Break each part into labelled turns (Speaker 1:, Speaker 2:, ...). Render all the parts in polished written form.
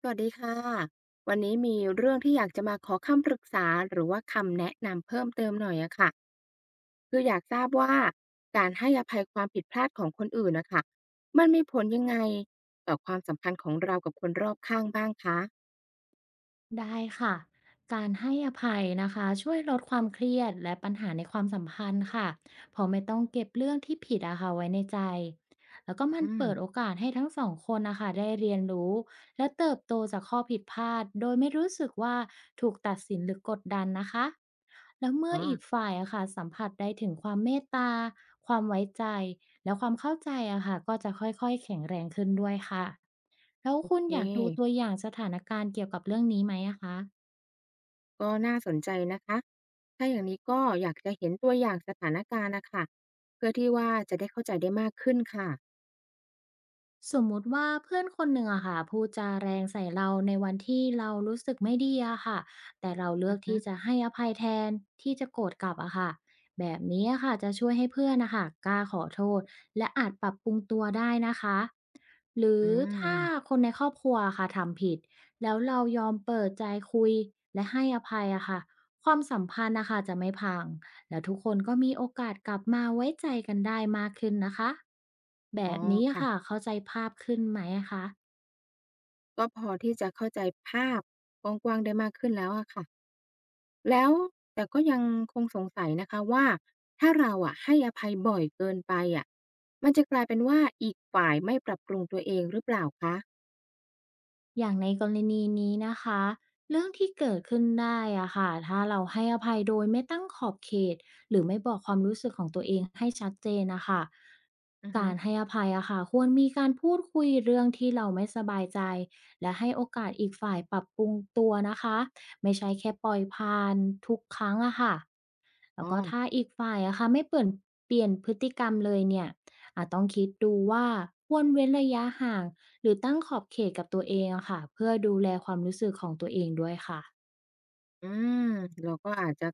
Speaker 1: สวัสดีค่ะวันนี้มีเรื่องที่อยากจะมาขอคำปรึกษาหรือว่าคำแนะนำเพิ่มเติมหน่อยอะค่ะคืออยากทราบว่าการให้อภัยความผิดพลาดของคนอื่นน่ะค่ะมันมีผลยังไงต่อความสัมพันธ์ของเรากับคนรอบข้างบ้างคะ
Speaker 2: ได้ค่ะ การให้อภัยนะคะช่วยลดความเครียดและปัญหาในความสัมพันธ์ค่ะเพอไม่ต้องเก็บเรื่องที่ผิดอะค่ะไว้ในใจ แล้วก็มัน
Speaker 1: อืม
Speaker 2: เปิดโอกาสให้ทั้งสองคนนะคะได้เรียนรู้และเติบโตจากข้อผิดพลาดโดยไม่รู้สึกว่าถูกตัดสินหรือกดดันนะคะ แล้วเมื่อ
Speaker 1: อ๋อ
Speaker 2: อีกฝ่ายอะค่ะสัมผัสได้ถึงความเมตตาความไว้ใจและความเข้าใจอะค่ะก็จะค่อยๆแข็งแรงขึ้นด้วยค่ะ แล้ว
Speaker 1: โอ
Speaker 2: คุณ
Speaker 1: เค
Speaker 2: อยากดูตัวอย่างสถานการณ์เกี่ยวกับเรื่องนี้ไหมอะคะ
Speaker 1: ก็น่าสนใจนะคะถ้าอย่างนี้ก็อยากจะเห็นตัวอย่างสถานการณ์น่ะค่ะเพื่อที่ว่าจะได้เข้าใจได้มากขึ้นค่ะ
Speaker 2: สมมุติว่าเพื่อนคนหนึ่งอะค่ะพูดจาแรงใส่เราในวันที่เรารู้สึกไม่ดีอะค่ะแต่เราเลื
Speaker 1: อื
Speaker 2: อ
Speaker 1: อ
Speaker 2: ก
Speaker 1: ฮึ
Speaker 2: ที่จะให้อภัยแทนที่จะโกรธกลับอะค่ะแบบนี้อะค่ะจะช่วยให้เพื่อนนะคะกล้าขอโทษและอาจปรับปรุงตัวได้นะคะหรื
Speaker 1: อื
Speaker 2: อถ้า
Speaker 1: ม
Speaker 2: คนในครอบครัวอะค่ะทำผิดแล้วเรายอมเปิดใจคุยและให้อภัยอะค่ะความสัมพันธ์นะคะจะไม่พัง แล้วทุกคนก็มีโอกาสกลับมาไว้ใจกันได้มากขึ้นนะคะแบ
Speaker 1: อ๋อ
Speaker 2: บนี้
Speaker 1: ค่ะ
Speaker 2: ค่ะเข้าใจภาพขึ้นไหมคะ
Speaker 1: ก็พอที่จะเข้าใจภาพกว้างๆได้มากขึ้นแล้วอะค่ะแล้วแต่ก็ยังคงสงสัยนะคะว่าถ้าเราอะให้อภัยบ่อยเกินไปอะมันจะกลายเป็นว่าอีกฝ่ายไม่ปรับปรุงตัวเองหรือเปล่าคะ
Speaker 2: อย่างในกรณีนี้นะคะเรื่องที่เกิดขึ้นได้อะค่ะถ้าเราให้อภัยโดยไม่ตั้งขอบเขตหรือไม่บอกความรู้สึกของตัวเองให้ชัดเจนนะคะ
Speaker 1: อือฮึ
Speaker 2: การให้อภัยอะค่ะควรมีการพูดคุยเรื่องที่เราไม่สบายใจและให้โอกาสอีกฝ่ายปรับปรุงตัวนะคะไม่ใช่แค่ปล่อยผ่านทุกครั้งอะค่ะ แล้
Speaker 1: อ๋อ
Speaker 2: วก็ถ้าอีกฝ่ายอะค่ะไม่เปลี่ยนพฤติกรรมเลยเนี่ยอาจต้องคิดดูว่าควรเว้นระยะห่างหรือตั้งขอบเขตกับตัวเองอะค่ะเพื่อดูแลความรู้สึกของตัวเองด้วยค่ะ
Speaker 1: อืมเราก็อาจจะ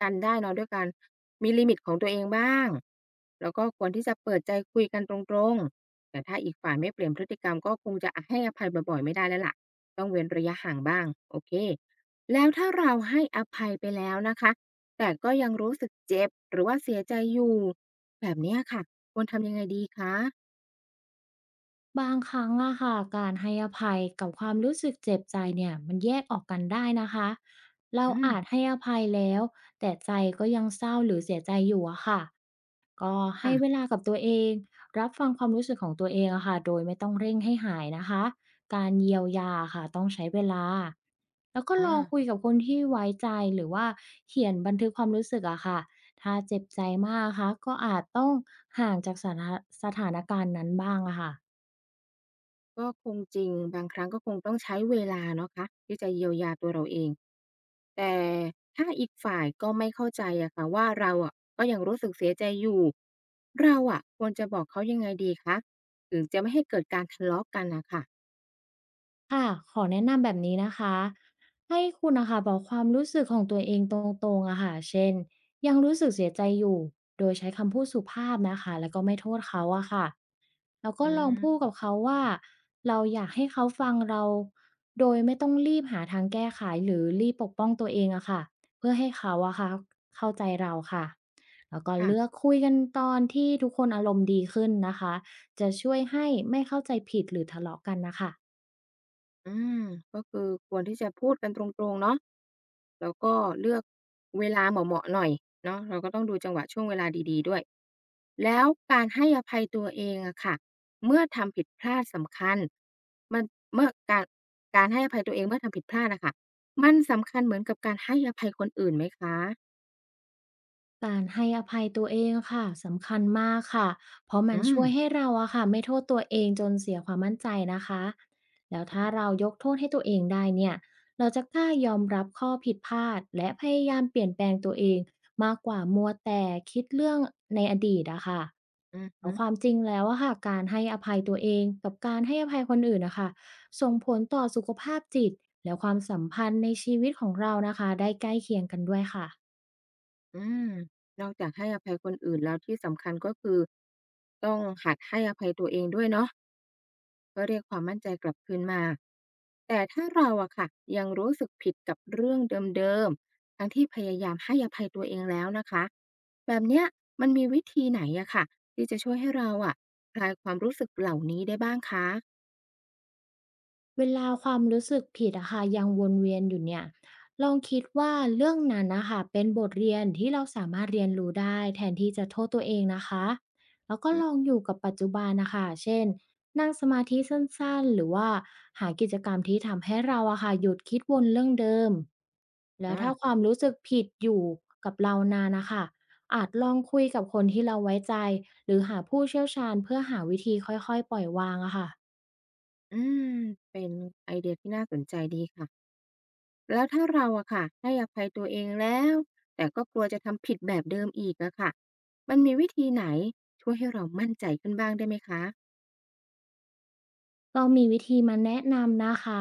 Speaker 1: กันได้เนาะด้วยการมีลิมิตของตัวเองบ้างแล้วก็ควรที่จะเปิดใจคุยกันตรงๆแต่ถ้าอีกฝ่ายไม่เปลี่ยนพฤติกรรมก็คงจะให้อภัยบ่อยๆไม่ได้แล้วล่ะต้องเว้นระยะห่างบ้างโอเคแล้วถ้าเราให้อภัยไปแล้วนะคะแต่ก็ยังรู้สึกเจ็บหรือว่าเสียใจอยู่แบบเนี้ยค่ะควรทำยังไงดีคะ
Speaker 2: บางครั้งอะค่ะการให้อภัยกับความรู้สึกเจ็บใจเนี่ยมันแยกออกกันได้นะคะ เรา
Speaker 1: อื
Speaker 2: อาจ
Speaker 1: ม
Speaker 2: ให้อภัยแล้วแต่ใจก็ยังเศร้าหรือเสียใจอยู่อะค่ะก็ให้เว
Speaker 1: ค่ะ
Speaker 2: ลากับตัวเองรับฟังความรู้สึกของตัวเองอะค่ะโดยไม่ต้องเร่งให้หายนะคะ การเยียวยาค่ะต้องใช้เวลาแล้วก็
Speaker 1: อา
Speaker 2: ลองคุยกับคนที่ไว้ใจหรือว่าเขียนบันทึกความรู้สึกอะค่ะถ้าเจ็บใจมากค่ะก็อาจต้องห่างจากสถานการณ์นั้นบ้างอะค่ะ
Speaker 1: ก็คงจริงบางครั้งก็คงต้องใช้เวลาเนาะคะที่จะเยียวยาตัวเราเอง แต่ถ้าอีกฝ่ายก็ไม่เข้าใจอะค่ะว่าเราอะก็ยังรู้สึกเสียใจอยู่เราอะควรจะบอกเขายังไงดีคะถึงจะไม่ให้เกิดการทะเลาะกันน่ะค่ะ
Speaker 2: ค่ะขอแนะนำแบบนี้นะคะ ให้คุณน่ะคะบอกความรู้สึกของตัวเองตรงๆอะค่ะเช่น ยังรู้สึกเสียใจอยู่โดยใช้คำพูดสุภาพนะคะแล้วก็ไม่โทษเขาอะค่ะแล้ว
Speaker 1: อื
Speaker 2: ก็ลอง
Speaker 1: ม
Speaker 2: พูดกับเขาว่าเราอยากให้เขาฟังเรา โดยไม่ต้องรีบหาทางแก้ไขหรือรีบปกป้องตัวเองอะค่ะเพื่อให้เขาอะค่ะเข้าใจเราค่ะแล้วก็
Speaker 1: ค่ะ
Speaker 2: เลือกคุยกันตอนที่ทุกคนอารมณ์ดีขึ้นนะคะจะช่วยให้ไม่เข้าใจผิดหรือทะเลาะกันนะคะ
Speaker 1: อาก็คือควรที่จะพูดกันตรงๆเนาะแล้วก็เลือกเวลาเหมาะๆหน่อยเนาะเราก็ต้องดูจังหวะช่วงเวลาดีๆด้วยแล้วการให้อภัยตัวเองอะค่ะเมื่อทำผิดพลาดสำคัญมันเมื่อการการให้อภัยตัวเองเมื่อทำผิดพลาดอะค่ะมันสำคัญเหมือนกับการให้อภัยคนอื่นไหมคะ
Speaker 2: การให้อภัยตัวเองค่ะสำคัญมากค่ะ เพราะมั
Speaker 1: อื
Speaker 2: น
Speaker 1: ม
Speaker 2: ช่วยให้เราอะค่ะไม่โทษตัวเองจนเสียความมั่นใจนะคะแล้วถ้าเรายกโทษให้ตัวเองได้เนี่ยเราจะกล้ายอมรับข้อผิดพลาดและพยายามเปลี่ยนแปลงตัวเองมากกว่ามัวแต่คิดเรื่องในอดีตอะค่ะ
Speaker 1: อือฮึ
Speaker 2: เอาความจริงแล้วอะค่ะการให้อภัยตัวเองกับการให้อภัยคนอื่นนะคะส่งผลต่อสุขภาพจิตและความสัมพันธ์ในชีวิตของเรานะคะได้ใกล้เคียงกันด้วยค่ะ
Speaker 1: อืมนอกจากให้อภัยคนอื่นแล้วที่สำคัญก็คือต้องหัดให้อภัยตัวเองด้วยเนาะ ก็เรียกความมั่นใจกลับคืนมาแต่ถ้าเราอะค่ะยังรู้สึกผิดกับเรื่องเดิมๆทั้งที่พยายามให้อภัยตัวเองแล้วนะคะแบบเนี้ยมันมีวิธีไหนอะค่ะที่จะช่วยให้เราอะคลายความรู้สึกเหล่านี้ได้บ้างคะ
Speaker 2: เวลาความรู้สึกผิดอะค่ะยังวนเวียนอยู่เนี่ยลองคิดว่าเรื่องนั้นนะคะเป็นบทเรียนที่เราสามารถเรียนรู้ได้แทนที่จะโทษตัวเองนะคะแล้วก็
Speaker 1: อืม
Speaker 2: ลองอยู่กับปัจจุบันนะคะเช่นนั่งสมาธิสั้นๆหรือว่าหากิจกรรมที่ทำให้เราอะค่ะหยุดคิดวนเรื่องเดิมแล้ว
Speaker 1: อา
Speaker 2: ถ้าความรู้สึกผิดอยู่กับเรานานนะคะอาจลองคุยกับคนที่เราไว้ใจหรือหาผู้เชี่ยวชาญเพื่อหาวิธีค่อยๆปล่อยวางอะค่ะ
Speaker 1: อืมเป็นไอเดียที่น่าสนใจดีค่ะแล้วถ้าเราอะค่ะให้อภัยตัวเองแล้วแต่ก็กลัวจะทำผิดแบบเดิมอีกอะค่ะมันมีวิธีไหนช่วยให้เรามั่นใจขึ้นบ้างได้ไหมคะ
Speaker 2: ก็มีวิธีมาแนะนำนะคะ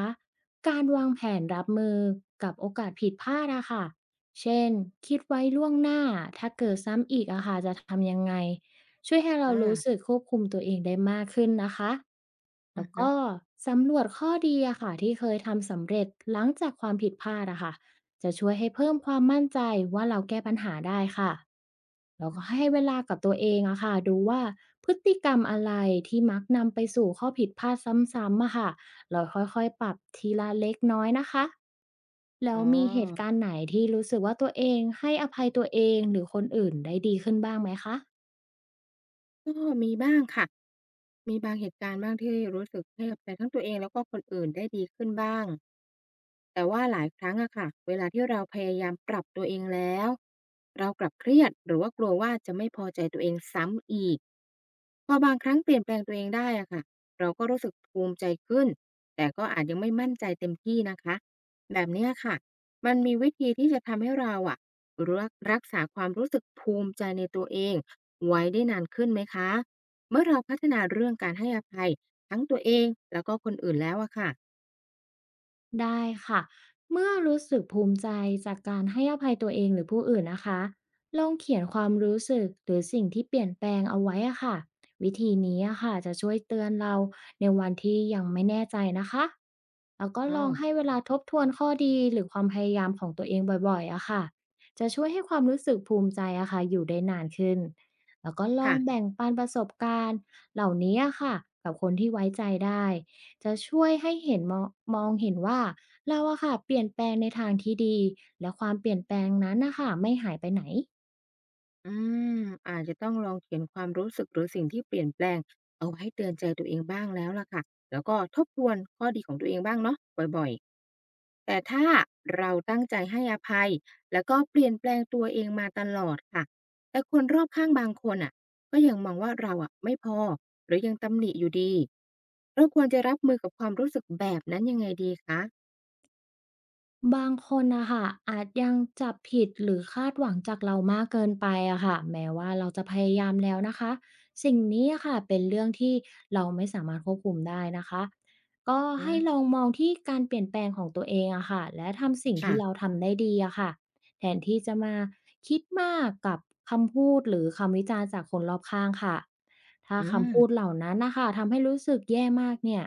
Speaker 2: การวางแผนรับมือกับโอกาสผิดพลาดอะค่ะเช่นคิดไว้ล่วงหน้าถ้าเกิดซ้ำอีกอะค่ะจะทำยังไงช่วยให้เรารู้
Speaker 1: อา
Speaker 2: สึกควบคุมตัวเองได้มากขึ้นนะคะ
Speaker 1: อื
Speaker 2: แล้
Speaker 1: อ
Speaker 2: ว
Speaker 1: ฮึ
Speaker 2: ก็สำรวจข้อดีอะค่ะที่เคยทำสำเร็จหลังจากความผิดพลาดอะค่ะจะช่วยให้เพิ่มความมั่นใจว่าเราแก้ปัญหาได้ค่ะ แล้วก็ให้เวลากับตัวเองอะค่ะดูว่าพฤติกรรมอะไรที่มักนำไปสู่ข้อผิดพลาดซ้ำๆอะค่ะเราค่อยๆปรับทีละเล็กน้อยนะคะแล้
Speaker 1: อ๋
Speaker 2: วมีเหตุ
Speaker 1: อ
Speaker 2: การณ์ไหนที่รู้สึกว่าตัวเองให้อภัยตัวเองหรือคนอื่นได้ดีขึ้นบ้างไหมคะ
Speaker 1: ก็มีบ้างค่ะ มีบางเหตุการณ์บ้างที่รู้สึกให้อภัยทั้งตัวเองแล้วก็คนอื่นได้ดีขึ้นบ้าง แต่ว่าหลายครั้งอะค่ะเวลาที่เราพยายามปรับตัวเองแล้วเรากลับเครียดหรือว่ากลัวว่าจะไม่พอใจตัวเองซ้ำอีกพอบางครั้งเปลี่ยนแปลงตัวเองได้อะค่ะเราก็รู้สึกภูมิใจขึ้นแต่ก็อาจยังไม่มั่นใจเต็มที่นะคะแบบเนี้ยค่ะมันมีวิธีที่จะทำให้เราอะรักษาความรู้สึกภูมิใจในตัวเอง ไว้ได้นานขึ้นไหมคะ เมื่อเราพัฒนาเรื่องการให้อภัยทั้งตัวเองแล้วก็คนอื่นแล้วอะค่ะ
Speaker 2: ได้ค่ะเมื่อรู้สึกภูมิใจจากการให้อภัยตัวเองหรือผู้อื่นนะคะลองเขียนความรู้สึกหรือสิ่งที่เปลี่ยนแปลงเอาไว้อะค่ะวิธีนี้อะค่ะจะช่วยเตือนเราในวันที่ยังไม่แน่ใจนะคะแล้วก็
Speaker 1: อ๋อ
Speaker 2: ลองให้เวลาทบทวนข้อดีหรือความพยายามของตัวเองบ่อยๆอะค่ะจะช่วยให้ความรู้สึกภูมิใจอะค่ะอยู่ได้นานขึ้นแล้วก็ลอ
Speaker 1: ค่ะ
Speaker 2: งแบ่งปันประสบการณ์เหล่านี้อะค่ะกับคนที่ไว้ใจได้ จะช่วยให้เห็นมองมองเห็นว่าเราอะค่ะเปลี่ยนแปลงในทางที่ดีและความเปลี่ยนแปลงนั้นนะคะไม่หายไปไหน
Speaker 1: อืมอาจจะต้องลองเขียนความรู้สึกหรือสิ่งที่เปลี่ยนแปลงเอาไว้เตือนใจตัวเองบ้างแล้วล่ะค่ะแล้วก็ทบทวนข้อดีของตัวเองบ้างเนาะบ่อยๆแต่ถ้าเราตั้งใจให้อภัยแล้วก็เปลี่ยนแปลงตัวเองมาตลอดค่ะแต่คนรอบข้างบางคนอ่ะก็ยังมองว่าเราอ่ะไม่พอหรือยังตำหนิอยู่ดีเราควรจะรับมือกับความรู้สึกแบบนั้นยังไงดีคะ
Speaker 2: บางคนนะค่ะอาจยังจับผิดหรือคาดหวังจากเรามากเกินไปอะค่ะแม้ว่าเราจะพยายามแล้วนะคะสิ่งนี้อะค่ะเป็นเรื่องที่เราไม่สามารถควบคุมได้นะคะก็
Speaker 1: อื
Speaker 2: ให้
Speaker 1: ม
Speaker 2: ลองมองที่การเปลี่ยนแปลงของตัวเองอะค่ะและทำสิ่ง
Speaker 1: ค่ะ
Speaker 2: ที่เราทำได้ดีอะค่ะแทนที่จะมาคิดมากกับคำพูดหรือคำวิจารณ์จากคนรอบข้างค่ะถ้า
Speaker 1: อืม
Speaker 2: คำพูดเหล่านั้นนะคะทำให้รู้สึกแย่มากเนี่ย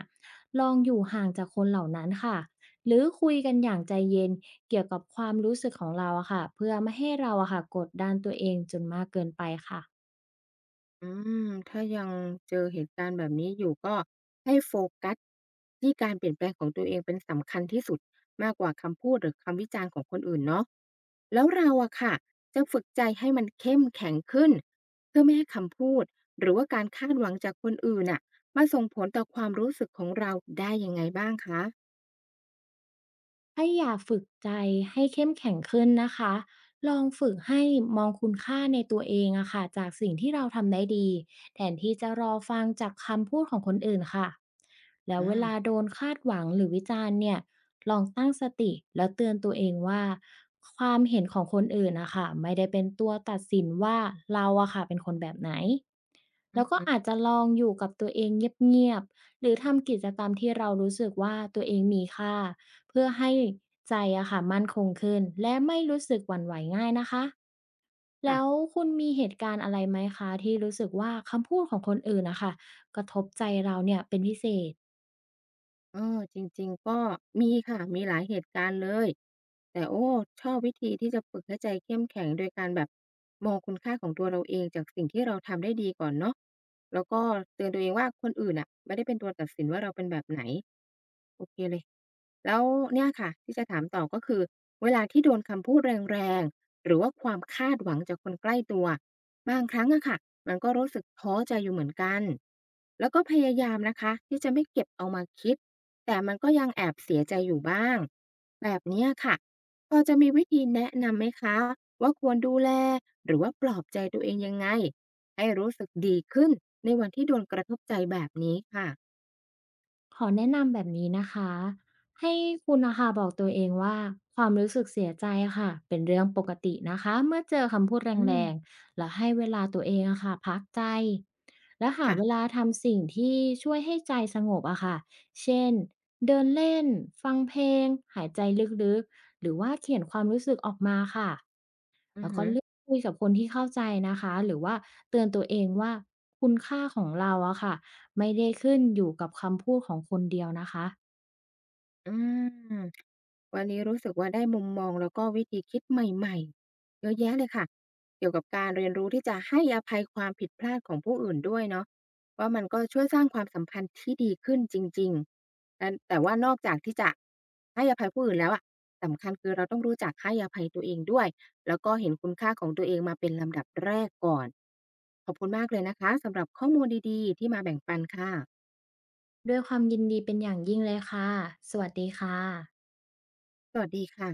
Speaker 2: ลองอยู่ห่างจากคนเหล่านั้นค่ะ หรือคุยกันอย่างใจเย็นเกี่ยวกับความรู้สึกของเราอะค่ะเพื่อไม่ให้เราอะค่ะกดดันตัวเองจนมากเกินไปค่ะ
Speaker 1: อืมถ้ายังเจอเหตุการณ์แบบนี้อยู่ก็ให้โฟกัสที่การเปลี่ยนแปลงของตัวเองเป็นสำคัญที่สุดมากกว่าคำพูดหรือคำวิจารณ์ของคนอื่นเนาะแล้วเราอะค่ะจะฝึกใจให้มันเข้มแข็งขึ้นเพื่อไม่ให้คำพูดหรือว่าการคาดหวังจากคนอื่นอะมาส่งผลต่อความรู้สึกของเราได้ยังไงบ้างคะ
Speaker 2: ให้อยากฝึกใจให้เข้มแข็งขึ้นนะคะลองฝึกให้มองคุณค่าในตัวเองอะค่ะจากสิ่งที่เราทำได้ดีแทนที่จะรอฟังจากคำพูดของคนอื่นค่ะแล้ว
Speaker 1: อา
Speaker 2: เวลาโดนคาดหวังหรือวิจารณ์เนี่ยลองตั้งสติแล้วเตือนตัวเองว่าความเห็นของคนอื่นนะคะไม่ได้เป็นตัวตัดสินว่าเราอะค่ะเป็นคนแบบไหน
Speaker 1: อื
Speaker 2: แล้
Speaker 1: อ
Speaker 2: วก็
Speaker 1: ฮึ
Speaker 2: อาจจะลองอยู่กับตัวเองเงียบๆ หรือทำกิจกรรมที่เรารู้สึกว่าตัวเองมีค่าเพื่อให้ใจอะค่ะมั่นคงขึ้นและไม่รู้สึกหวั่นไหวง่ายนะคะแล้ว
Speaker 1: ค่ะ
Speaker 2: คุณมีเหตุการณ์อะไรไหมคะที่รู้สึกว่าคำพูดของคนอื่นนะคะกระทบใจเราเนี่ยเป็นพิเศษ
Speaker 1: เออจริงๆก็มีค่ะมีหลายเหตุการณ์เลยแต่โอ้ชอบวิธีที่จะฝึกให้ใจเข้มแข็งโดยการแบบมองคุณค่าของตัวเราเองจากสิ่งที่เราทำได้ดีก่อนเนาะแล้วก็เตือนตัวเองว่าคนอื่นน่ะไม่ได้เป็นตัวตัดสินว่าเราเป็นแบบไหนโอเคเลยแล้วเนี่ยค่ะที่จะถามต่อก็คือเวลาที่โดนคำพูดแรงๆหรือว่าความคาดหวังจากคนใกล้ตัว บางครั้งอะค่ะมันก็รู้สึกท้อใจอยู่เหมือนกัน แล้วก็พยายามนะคะที่จะไม่เก็บเอามาคิด แต่มันก็ยังแอบเสียใจอยู่บ้าง แบบเนี้ยค่ะพอจะมีวิธีแนะนำไหมคะว่าควรดูแลหรือว่าปลอบใจตัวเองยังไงให้รู้สึกดีขึ้นในวันที่โดนกระทบใจแบบนี้ค่ะ
Speaker 2: ขอแนะนำแบบนี้นะคะให้คุณนะค่ะบอกตัวเองว่าความรู้สึกเสียใจอะค่ะเป็นเรื่องปกตินะคะเมื่อเจอคำพูด
Speaker 1: อื
Speaker 2: แรง
Speaker 1: ม
Speaker 2: ๆแล้วให้เวลาตัวเองอะค่ะพักใจแล้วหาเว
Speaker 1: ค่ะ
Speaker 2: ลาทำสิ่งที่ช่วยให้ใจสงบอะค่ะเช่นเดินเล่นฟังเพลงหายใจลึกๆหรือว่าเขียนความรู้สึกออกมาค่ะ
Speaker 1: อือ
Speaker 2: แล้วก็
Speaker 1: หือ
Speaker 2: เลือกคุยกับคนที่เข้าใจนะคะหรือว่าเตือนตัวเองว่าคุณค่าของเราอะค่ะไม่ได้ขึ้นอยู่กับคำพูดของคนเดียวนะคะ
Speaker 1: อืม วันนี้รู้สึกว่าได้มุมมองแล้วก็วิธีคิดใหม่ๆเยอะแยะเลยค่ะเกี่ยวกับการเรียนรู้ที่จะให้อภัยความผิดพลาดของผู้อื่นด้วยเนาะว่ามันก็ช่วยสร้างความสัมพันธ์ที่ดีขึ้นจริงๆนั้นแต่ว่านอกจากที่จะให้อภัยผู้อื่นแล้วอะสำคัญคือเราต้องรู้จักให้อภัยตัวเองด้วยแล้วก็เห็นคุณค่าของตัวเองมาเป็นลำดับแรกก่อนขอบคุณมากเลยนะคะสำหรับข้อมูลดีๆที่มาแบ่งปันค่ะ
Speaker 2: ด้วยความยินดีเป็นอย่างยิ่งเลยค่ะสวัสดีค่ะ
Speaker 1: สวัสดีค่ะ